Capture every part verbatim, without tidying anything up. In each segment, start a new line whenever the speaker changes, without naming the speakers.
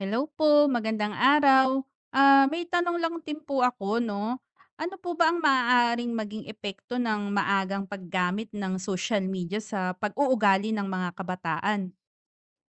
Hello po, magandang araw. Ah, may tanong lang din po ako 'no. Ano po ba ang maaaring maging epekto ng maagang paggamit ng social media sa pag-uugali ng mga kabataan?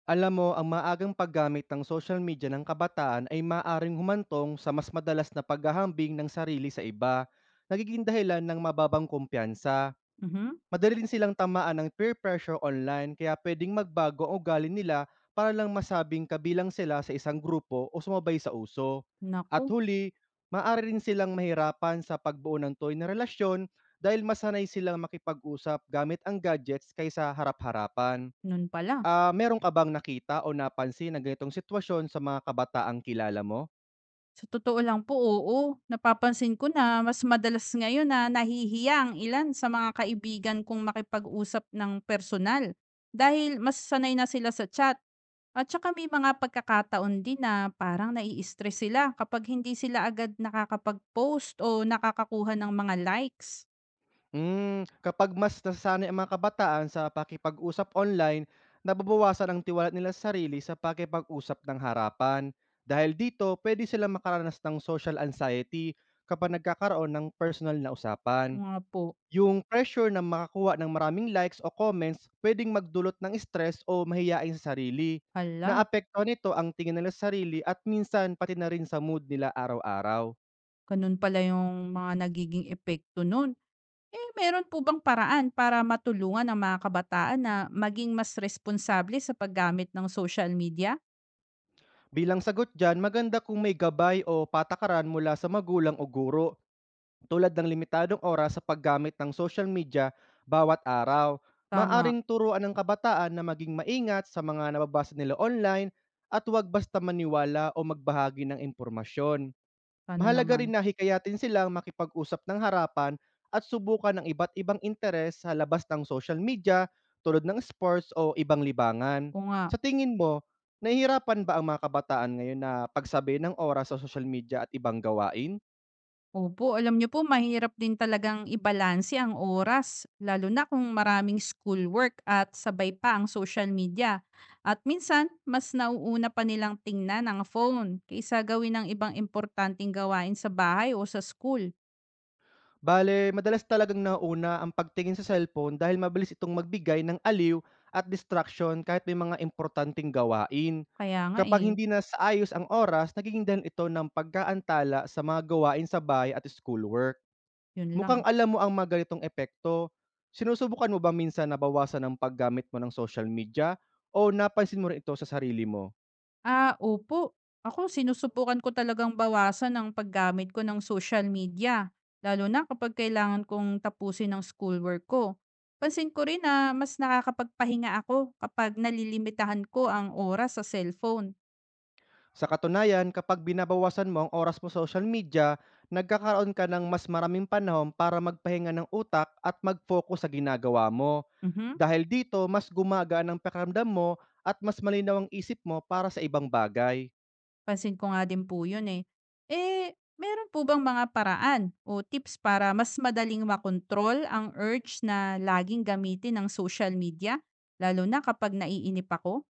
Alam mo, ang maagang paggamit ng social media ng kabataan ay maaring humantong sa mas madalas na paghahambing ng sarili sa iba, nagiging dahilan ng mababang kumpiyansa.
Mhm.
Madali rin silang tamaan ng peer pressure online, kaya pwedeng magbago ang ugali nila para lang masabing kabilang sila sa isang grupo o sumabay sa uso.
Naku,
At huli, maaari rin silang mahirapan sa pagbuo ng toy na relasyon dahil masanay silang makipag-usap gamit ang gadgets kaysa harap-harapan.
no'n pala.
Ah, meron ka bang nakita o napansin na ganitong sitwasyon sa mga kabataang kilala mo?
Sa totoo lang po, oo. Napapansin ko na mas madalas ngayon na nahihiya ang ilan sa mga kaibigan kong makipag-usap ng personal dahil mas sanay na sila sa chat. At saka may mga pagkakataon din na parang nai-stress sila kapag hindi sila agad nakakapag-post o nakakakuha ng mga likes.
Hmm, kapag mas nasasanay ang mga kabataan sa pakikipag-usap online, nababawasan ang tiwala nila sa sarili sa pakikipag-usap ng harapan. Dahil dito, pwede silang makaranas ng social anxiety kapag nagkakaroon ng personal na usapan.
Mga po,
Yung pressure na makakuha ng maraming likes o comments puwedeng magdulot ng stress o mahiyain sa sarili.
hala,
Naapektuhan nito ang tingin nila sa sarili at minsan pati na rin sa mood nila araw-araw.
ganun pala yung mga nagiging epekto nun. Eh, meron po bang paraan para matulungan ang mga kabataan na maging mas responsable sa paggamit ng social media?
Bilang sagot diyan, maganda kung may gabay o patakaran mula sa magulang o guro, tulad ng limitadong oras sa paggamit ng social media bawat araw.
Tama,
Maaring turuan ng kabataan na maging maingat sa mga nababasa nila online at huwag basta maniwala o magbahagi ng impormasyon.
sana
Mahalaga rin
naman.
na hikayatin silang makipag-usap ng harapan at subukan ng iba't ibang interes sa labas ng social media, tulad ng sports o ibang libangan.
O nga.
Sa tingin mo, nahihirapan ba ang mga kabataan ngayon na pagsabi ng oras sa social media at ibang gawain?
Opo, alam niyo po mahirap din talagang ibalanse ang oras lalo na kung maraming schoolwork at sabay pa ang social media. At minsan, mas nauuna pa nilang tingnan ang phone kaysa gawin ang ibang importanteng gawain sa bahay o sa school.
Bale, madalas talagang nauna ang pagtingin sa cellphone dahil mabilis itong magbigay ng aliw at distraction kahit may mga importanteng gawain.
Kaya nga
Kapag
eh,
hindi na sa ayos ang oras, nagiging dahil ito ng pagkaantala sa mga gawain sa bahay at schoolwork.
yun
Mukhang
lang.
alam mo ang mga ganitong epekto. Sinusubukan mo ba minsan na bawasan ang paggamit mo ng social media, o napansin mo rin ito sa sarili mo?
Ah, opo. Ako sinusubukan ko talagang bawasan ang paggamit ko ng social media, lalo na kapag kailangan kong tapusin ang schoolwork ko. Pansin ko rin na mas nakakapagpahinga ako kapag nalilimitahan ko ang oras sa cellphone.
Sa katunayan, kapag binabawasan mo ang oras mo sa social media, nagkakaroon ka ng mas maraming panahon para magpahinga ng utak at mag-focus sa ginagawa mo.
Mhm.
Dahil dito, mas gumagaan ang pakiramdam mo at mas malinaw ang isip mo para sa ibang bagay.
Pansin ko nga din po 'yun eh. Eh, meron po bang mga paraan o tips para mas madaling makontrol ang urge na laging gamitin ang social media, lalo na kapag naiinip ako?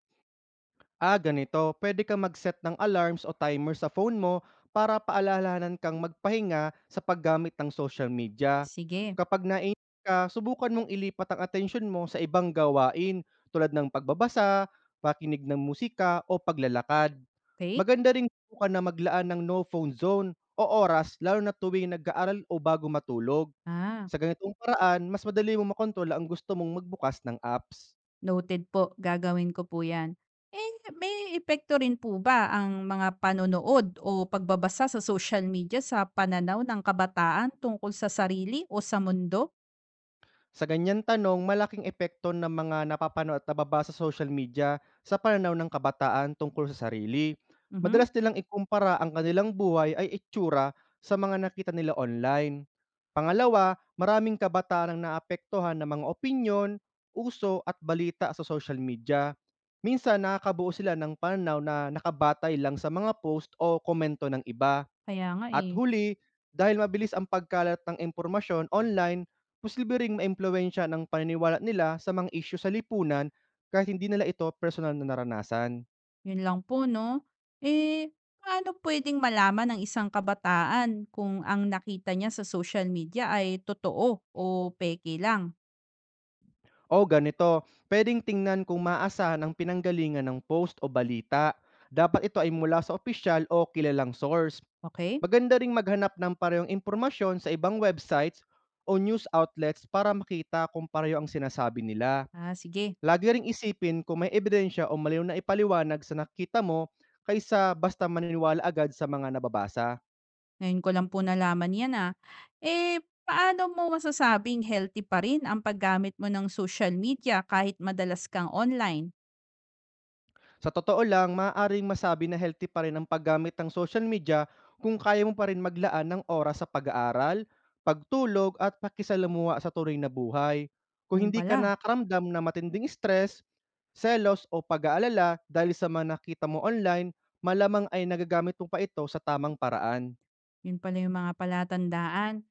Ah, ganito. Pwede kang mag-set ng alarms o timer sa phone mo para paalalahanan kang magpahinga sa paggamit ng social media.
Sige,
Kapag nainis ka, subukan mong ilipat ang atensyon mo sa ibang gawain, tulad ng pagbabasa, pakinig ng musika o paglalakad.
okay?
Maganda ring subukan na maglaan ng no phone zone o oras, lalo na tuwing nag-aaral o bago matulog.
Ah.
Sa ganitong paraan, mas madali mo makontrol ang gusto mong magbukas ng apps.
Noted po, gagawin ko po 'yan. Eh, may epekto rin po ba ang mga panonood o pagbabasa sa social media sa pananaw ng kabataan tungkol sa sarili o sa mundo?
Sa ganyang tanong, malaking epekto ng mga napapanood at nababasa sa social media sa pananaw ng kabataan tungkol sa sarili.
Mhm,
Madalas nilang ikumpara ang kanilang buhay ay itsura sa mga nakita nila online. Pangalawa, maraming kabataan ang naapektuhan ng mga opinyon, uso at balita sa social media. Minsan nakakabuo sila ng pananaw na nakabatay lang sa mga post o komento ng iba.
kaya nga,
At
eh.
huli, dahil mabilis ang pagkalat ng impormasyon online, posible ring maimpluwensya ng paniniwala nila sa mga isyu sa lipunan kahit hindi nila ito personal na naranasan.
'Yun lang po 'no. Eh, paano puwedeng malaman ng isang kabataan kung ang nakita niya sa social media ay totoo o peke lang?
O ganito, pwedeng tingnan kung maasahan ang pinanggalingan ng post o balita. Dapat ito ay mula sa opisyal o kilalang source.
Okay.
Maganda ring maghanap ng parehong impormasyon sa ibang websites o news outlets para makita kung pareho ang sinasabi nila.
Ah, sige.
Lagi ring isipin kung may ebidensya o malinaw na ipaliwanag sa nakita mo kaysa basta maniniwala agad sa mga nababasa.
Ngayon ko lang po nalaman 'yan, ah. Eh, paano mo masasabing healthy pa rin ang paggamit mo ng social media kahit madalas kang online?
Sa totoo lang, maaaring masabi na healthy pa rin ang paggamit ng social media kung kaya mo pa rin maglaan ng oras sa pag-aaral, pagtulog at pakisalamuha sa tunay na buhay. Kung
Ganun
hindi ka
pala,
nakaramdam na matinding stress, selos o pag-aalala dahil sa mga nakita mo online, malamang ay nagagamit mo pa ito sa tamang paraan.
'yun pala yung mga palatandaan.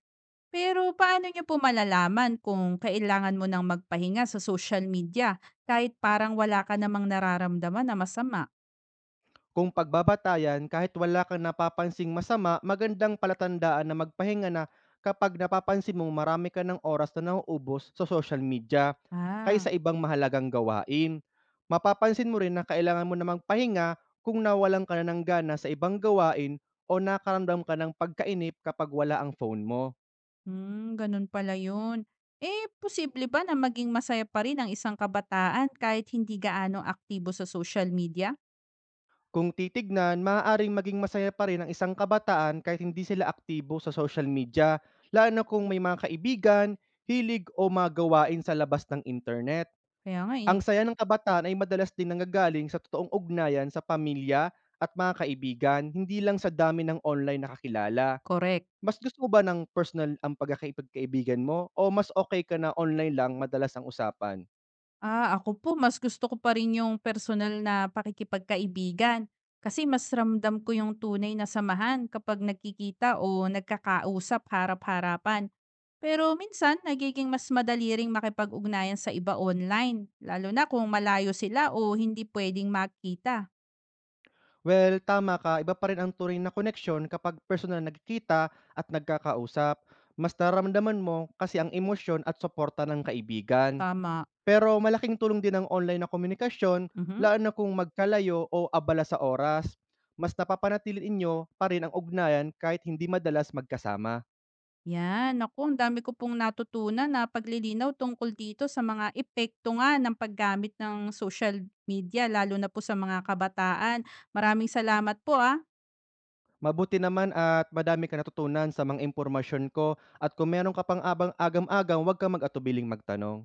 Pero paano niyo po malalaman kung kailangan mo ng magpahinga sa social media kahit parang wala ka namang nararamdaman na masama?
Kung pagbabatayan kahit wala kang napapansing masama, magandang palatandaan na magpahinga na kapag napapansin mong marami ka ng oras na nauubos sa social media
Ah,
kaysa ibang mahalagang gawain. Mapapansin mo rin na kailangan mo na magpahinga kung nawalan ka na ng gana sa ibang gawain o nakaramdam ka ng pagkainip kapag wala ang phone mo.
hmm, ganun pala 'yun. Eh, posible ba na maging masaya pa rin ang isang kabataan kahit hindi gaano aktibo sa social media?
Kung titignan, maaaring maging masaya pa rin ang isang kabataan kahit hindi sila aktibo sa social media, lalo na kung may mga kaibigan, hilig o mga gawain sa labas ng internet.
Kaya nga,
Ang
eh.
saya ng kabataan ay madalas din nanggagaling sa totoong ugnayan sa pamilya at mga kaibigan, hindi lang sa dami ng online nakakilala.
Korek.
Mas gusto mo ba ng personal ang pagkakaipagkaibigan mo o mas okay ka na online lang madalas ang usapan?
Ah, ako po mas gusto ko pa rin yung personal na pakikipagkaibigan kasi mas ramdam ko yung tunay na samahan kapag nagkikita o nagkakausap harap-harapan. Pero minsan, nagiging mas madali ring makipag-ugnayan sa iba online, lalo na kung malayo sila o hindi pwedeng makita.
Well, tama ka. Iba pa rin ang turing na connection kapag personal na nagkikita at nagkakausap. Mas nararamdaman mo kasi ang emosyon at suporta ng kaibigan.
Tama.
Pero malaking tulong din ang online na komunikasyon,
Mhm.
lalo na kung magkalayo o abala sa oras. Mas napapanatili inyo pa rin ang ugnayan kahit hindi madalas magkasama.
Yan, naku ang dami ko pong natutunan na paglilinaw tungkol dito sa mga epekto nga ng paggamit ng social media lalo na po sa mga kabataan. Maraming salamat po, ah.
Mabuti naman at madami ka natutunan sa mga impormasyon ko, at kung meron ka pang abang agam-agam, huwag ka mag-atubiling magtanong.